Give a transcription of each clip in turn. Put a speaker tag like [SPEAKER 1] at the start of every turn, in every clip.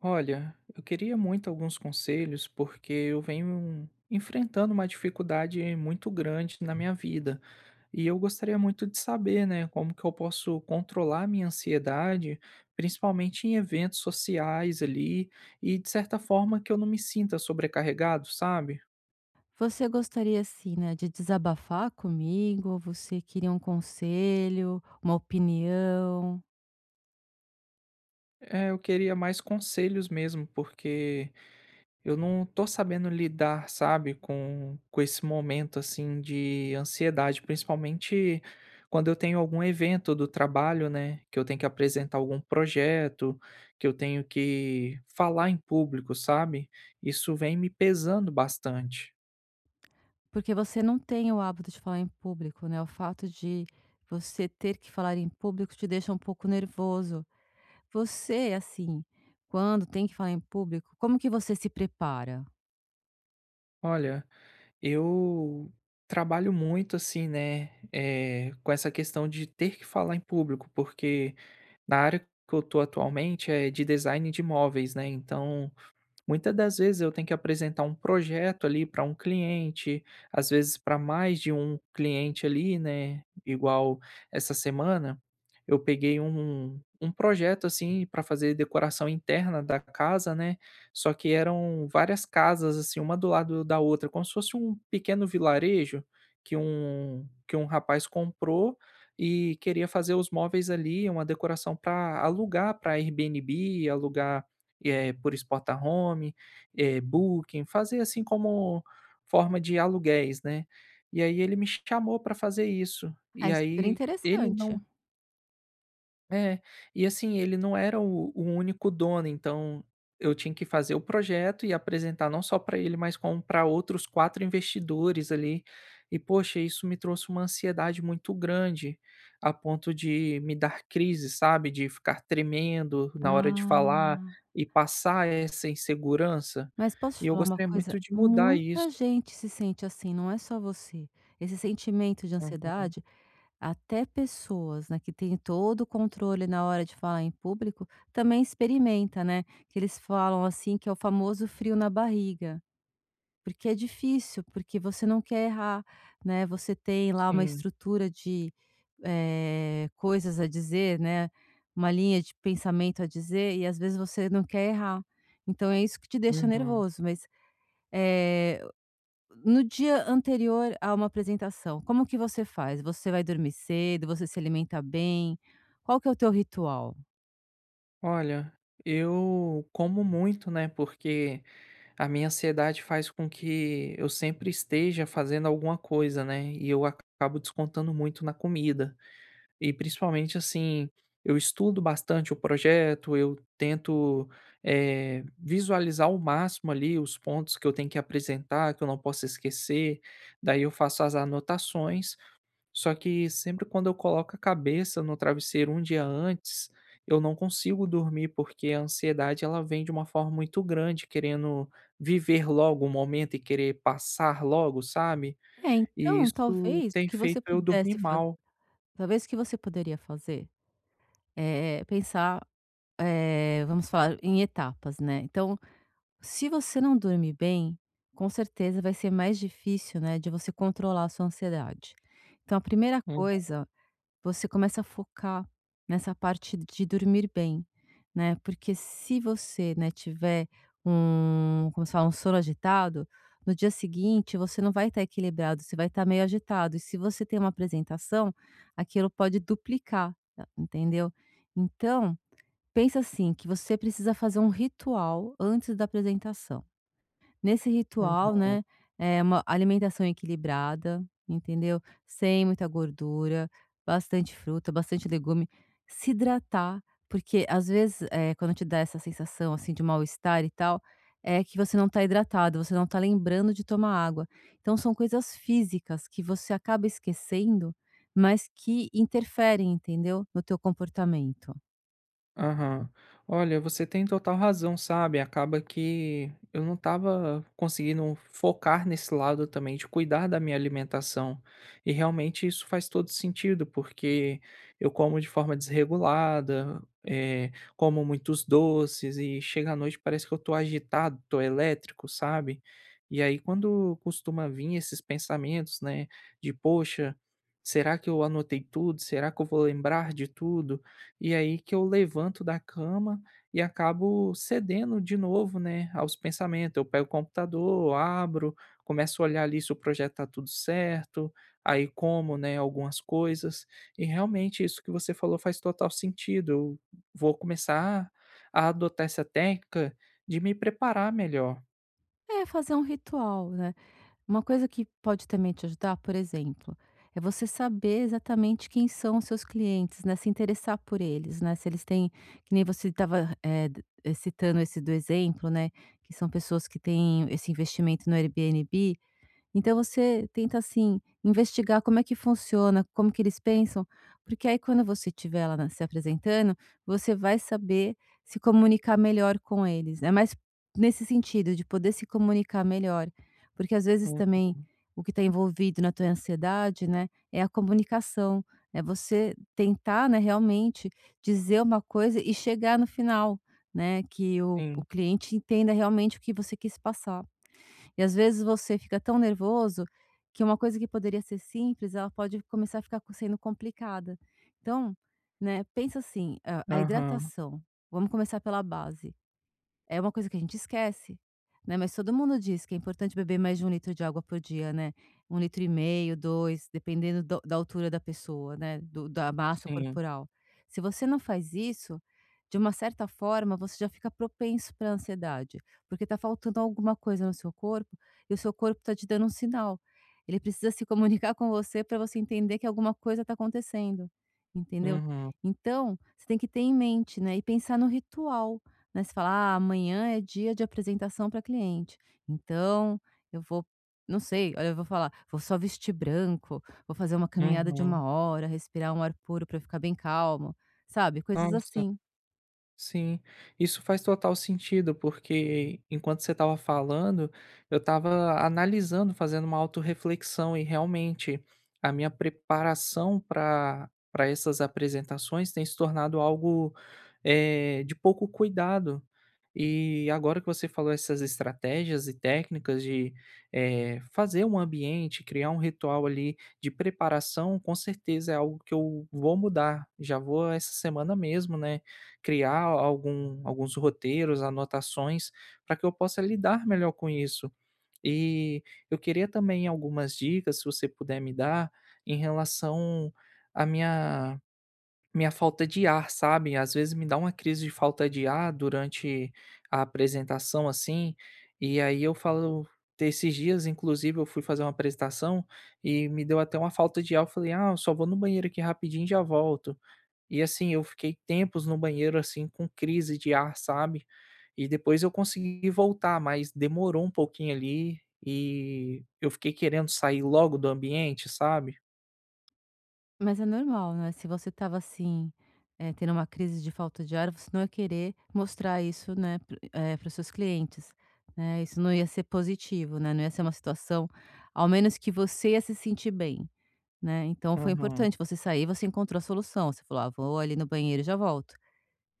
[SPEAKER 1] Olha, eu queria muito alguns conselhos porque eu venho enfrentando uma dificuldade muito grande na minha vida. E eu gostaria muito de saber, né, como que eu posso controlar a minha ansiedade, principalmente em eventos sociais ali, e de certa forma que eu não me sinta sobrecarregado, sabe?
[SPEAKER 2] Você gostaria, assim, né, de desabafar comigo? Ou você queria um conselho, uma opinião?
[SPEAKER 1] É, eu queria mais conselhos mesmo, porque eu não tô sabendo lidar, sabe, com esse momento, assim, de ansiedade, principalmente quando eu tenho algum evento do trabalho, né, que eu tenho que apresentar algum projeto, que eu tenho que falar em público, sabe? Isso vem me pesando bastante.
[SPEAKER 2] Porque você não tem o hábito de falar em público, né? O fato de você ter que falar em público te deixa um pouco nervoso. Você, assim, quando tem que falar em público, como que você se prepara?
[SPEAKER 1] Olha, eu trabalho muito assim, né, com essa questão de ter que falar em público, porque na área que eu tô atualmente é de design de móveis, né, então muitas das vezes eu tenho que apresentar um projeto ali para um cliente, às vezes para mais de um cliente ali, né? Igual essa semana, eu peguei um projeto assim para fazer decoração interna da casa, né? Só que eram várias casas assim, uma do lado da outra, como se fosse um pequeno vilarejo que um rapaz comprou e queria fazer os móveis ali, uma decoração para alugar para Airbnb, alugar por exportar home, booking, fazer assim como forma de aluguéis, né. E aí ele me chamou para fazer isso,
[SPEAKER 2] Ah,
[SPEAKER 1] e
[SPEAKER 2] é super
[SPEAKER 1] aí ele
[SPEAKER 2] interessante.
[SPEAKER 1] não é, e assim, ele não era o único dono, então eu tinha que fazer o projeto e apresentar não só para ele, mas como para outros 4 investidores ali. E poxa, isso me trouxe uma ansiedade muito grande, a ponto de me dar crise, sabe, de ficar tremendo na hora de falar
[SPEAKER 2] Ah.
[SPEAKER 1] e passar essa insegurança.
[SPEAKER 2] Mas posso te
[SPEAKER 1] E eu
[SPEAKER 2] falar uma
[SPEAKER 1] gostaria
[SPEAKER 2] coisa?
[SPEAKER 1] muito de mudar isso.
[SPEAKER 2] Muita gente se sente assim, não é só você. Esse sentimento de
[SPEAKER 1] Uhum,
[SPEAKER 2] ansiedade, até pessoas, né, que têm todo o controle na hora de falar em público, também experimenta, né? Que eles falam assim que é o famoso frio na barriga. Porque é difícil, porque você não quer errar, né? Você tem lá uma
[SPEAKER 1] sim,
[SPEAKER 2] estrutura de coisas a dizer, né? Uma linha de pensamento a dizer, e às vezes você não quer errar. Então é isso que te deixa
[SPEAKER 1] uhum.
[SPEAKER 2] nervoso, mas eh, no dia anterior a uma apresentação, como que você faz? Você vai dormir cedo? Você se alimenta bem? Qual que é o teu ritual?
[SPEAKER 1] Olha, eu como muito, né, porque a minha ansiedade faz com que eu sempre esteja fazendo alguma coisa, né, e eu acabo descontando muito na comida. E principalmente, assim, eu estudo bastante o projeto, eu tento, visualizar ao máximo ali os pontos que eu tenho que apresentar, que eu não posso esquecer, daí eu faço as anotações, só que sempre quando eu coloco a cabeça no travesseiro um dia antes, eu não consigo dormir, porque a ansiedade ela vem de uma forma muito grande, querendo viver logo o momento e querer passar logo, sabe?
[SPEAKER 2] É,
[SPEAKER 1] E
[SPEAKER 2] então
[SPEAKER 1] isso
[SPEAKER 2] talvez o
[SPEAKER 1] tem
[SPEAKER 2] que você
[SPEAKER 1] feito eu dormir
[SPEAKER 2] pudesse fazer,
[SPEAKER 1] mal.
[SPEAKER 2] talvez o que você poderia fazer, pensar, vamos falar em etapas, né. Então, se você não dorme bem, com certeza vai ser mais difícil, né, de você controlar a sua ansiedade. Então a primeira
[SPEAKER 1] Uhum,
[SPEAKER 2] coisa, você começa a focar nessa parte de dormir bem, né, porque se você, né, tiver um, como se fala, um sono agitado, no dia seguinte você não vai estar equilibrado, você vai estar meio agitado e se você tem uma apresentação, aquilo pode duplicar, tá? Entendeu? Então, pensa assim, que você precisa fazer um ritual antes da apresentação. Nesse ritual,
[SPEAKER 1] uhum.
[SPEAKER 2] né, é uma alimentação equilibrada, entendeu? Sem muita gordura, bastante fruta, bastante legume. Se hidratar, porque às vezes, quando te dá essa sensação, assim, de mal-estar e tal, é que você não está hidratado, você não está lembrando de tomar água. Então são coisas físicas que você acaba esquecendo, mas que interferem, entendeu? No teu comportamento.
[SPEAKER 1] Aham. Olha, você tem total razão, sabe? Acaba que eu não estava conseguindo focar nesse lado também de cuidar da minha alimentação. E realmente isso faz todo sentido, porque eu como de forma desregulada, como muitos doces e chega à noite parece que eu tô agitado, tô elétrico, sabe? E aí quando costuma vir esses pensamentos, né, de poxa, será que eu anotei tudo? Será que eu vou lembrar de tudo? E aí que eu levanto da cama e acabo cedendo de novo, né, aos pensamentos. Eu pego o computador, abro, começo a olhar ali se o projeto tá tudo certo, aí como, né, algumas coisas. E realmente isso que você falou faz total sentido. Eu vou começar a adotar essa técnica de me preparar melhor.
[SPEAKER 2] É fazer um ritual, né? Uma coisa que pode também te ajudar, por exemplo, é você saber exatamente quem são os seus clientes, né? Se interessar por eles, né? Se eles têm, que nem você estava citando esse do exemplo, né? Que são pessoas que têm esse investimento no Airbnb, então você tenta, assim, investigar como é que funciona, como que eles pensam, porque aí quando você estiver lá na se apresentando, você vai saber se comunicar melhor com eles. É mais nesse sentido, de poder se comunicar melhor, porque às vezes também
[SPEAKER 1] Uhum,
[SPEAKER 2] o que está envolvido na tua ansiedade, né, é a comunicação, é você tentar, né, realmente dizer uma coisa e chegar no final, né, que o
[SPEAKER 1] sim.
[SPEAKER 2] cliente entenda realmente o que você quis passar. E às vezes você fica tão nervoso que uma coisa que poderia ser simples, ela pode começar a ficar sendo complicada. Então, né, pensa assim, a
[SPEAKER 1] Aham,
[SPEAKER 2] hidratação. Vamos começar pela base. É uma coisa que a gente esquece, né, mas todo mundo diz que é importante beber mais de um litro de água por dia, né. Um litro, e meio, 2, dependendo do da altura da pessoa, né, do da massa
[SPEAKER 1] sim.
[SPEAKER 2] corporal. Se você não faz isso, de uma certa forma, você já fica propenso para ansiedade, porque tá faltando alguma coisa no seu corpo e o seu corpo tá te dando um sinal. Ele precisa se comunicar com você para você entender que alguma coisa tá acontecendo, entendeu?
[SPEAKER 1] Uhum,
[SPEAKER 2] Então, você tem que ter em mente, né, e pensar no ritual. Né, você fala: "Ah, amanhã é dia de apresentação para cliente, então eu vou", não sei, olha, eu vou falar: "Vou só vestir branco, vou fazer uma caminhada de uma
[SPEAKER 1] uhum.
[SPEAKER 2] hora, respirar um ar puro para ficar bem calmo", sabe, coisas
[SPEAKER 1] Nossa.
[SPEAKER 2] assim.
[SPEAKER 1] Sim, isso faz total sentido, porque enquanto você estava falando, eu estava analisando, fazendo uma autorreflexão, e realmente a minha preparação para essas apresentações tem se tornado algo de pouco cuidado. E agora que você falou essas estratégias e técnicas de fazer um ambiente, criar um ritual ali de preparação, com certeza é algo que eu vou mudar. Já vou essa semana mesmo, né? Criar algum alguns roteiros, anotações, para que eu possa lidar melhor com isso. E eu queria também algumas dicas, se você puder me dar, em relação à minha falta de ar, sabe. Às vezes me dá uma crise de falta de ar durante a apresentação, assim, e aí eu falo, esses dias, inclusive, eu fui fazer uma apresentação e me deu até uma falta de ar, eu falei: "Ah, eu só vou no banheiro aqui rapidinho e já volto". E assim, eu fiquei tempos no banheiro, assim, com crise de ar, sabe. E depois eu consegui voltar, mas demorou um pouquinho ali, e eu fiquei querendo sair logo do ambiente, sabe.
[SPEAKER 2] Mas é normal, né, se você tava assim, tendo uma crise de falta de ar, você não ia querer mostrar isso, né, para para os seus clientes, né, isso não ia ser positivo, né, não ia ser uma situação ao menos que você ia se sentir bem. Né, então foi
[SPEAKER 1] Uhum,
[SPEAKER 2] importante você sair, você encontrou a solução, você falou: "Ah, vou ali no banheiro e já volto".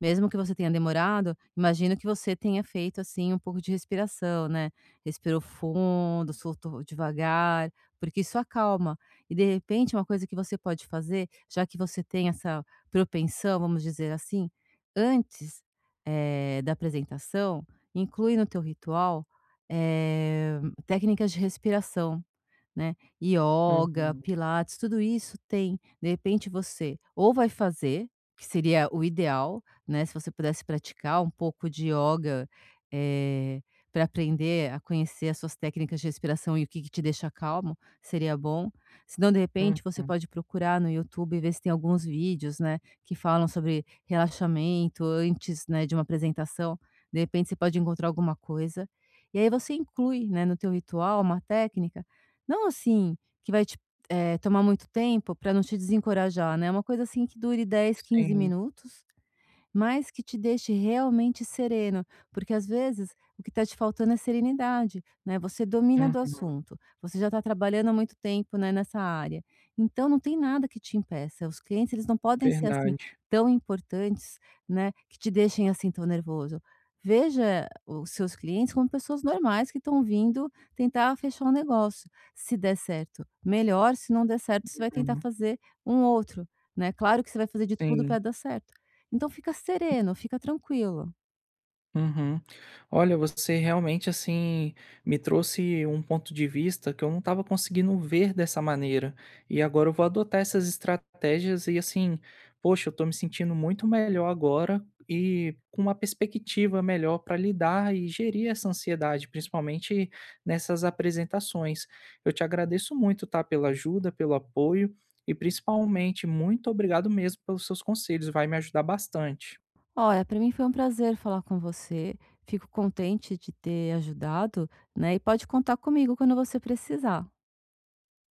[SPEAKER 2] Mesmo que você tenha demorado, imagino que você tenha feito, assim, um pouco de respiração, né, respirou fundo, soltou devagar, porque isso acalma. E de repente uma coisa que você pode fazer, já que você tem essa propensão, vamos dizer assim, antes, da apresentação, inclui no teu ritual, eh, técnicas de respiração, né, ioga,
[SPEAKER 1] uhum,
[SPEAKER 2] pilates, tudo isso tem. De repente você ou vai fazer, que seria o ideal, né, se você pudesse praticar um pouco de Yoga para aprender a conhecer as suas técnicas de respiração e o que que te deixa calmo, seria bom. Se não, de repente, você
[SPEAKER 1] uhum,
[SPEAKER 2] pode procurar no YouTube e ver se tem alguns vídeos, né, que falam sobre relaxamento antes, né, de uma apresentação. De repente você pode encontrar alguma coisa. E aí você inclui, né, no teu ritual uma técnica, não assim, que vai te tomar muito tempo para não te desencorajar, né, uma coisa assim que dure dez quinze
[SPEAKER 1] sim,
[SPEAKER 2] minutos, mas que te deixe realmente sereno, porque às vezes o que está te faltando é serenidade, né? Você domina do
[SPEAKER 1] uhum,
[SPEAKER 2] assunto, você já está trabalhando há muito tempo, né, nessa área. Então não tem nada que te impeça. Os clientes, eles não podem ser assim
[SPEAKER 1] verdade,
[SPEAKER 2] tão importantes, né, que te deixem assim tão nervoso. Veja os seus clientes como pessoas normais que estão vindo tentar fechar um negócio. Se der certo, melhor. Se não der certo, você vai tentar
[SPEAKER 1] uhum,
[SPEAKER 2] fazer um outro, né? Claro que você vai fazer de tudo
[SPEAKER 1] sim.
[SPEAKER 2] para dar certo. Então fica sereno, fica tranquilo.
[SPEAKER 1] Uhum. Olha, você realmente assim me trouxe um ponto de vista que eu não estava conseguindo ver dessa maneira. E agora eu vou adotar essas estratégias e assim, poxa, eu tô me sentindo muito melhor agora e com uma perspectiva melhor para lidar e gerir essa ansiedade, principalmente nessas apresentações. Eu te agradeço muito, tá, pela ajuda, pelo apoio e principalmente muito obrigado mesmo pelos seus conselhos, vai me ajudar bastante.
[SPEAKER 2] "Olha, para mim foi um prazer falar com você, fico contente de ter ajudado, né, e pode contar comigo quando você precisar".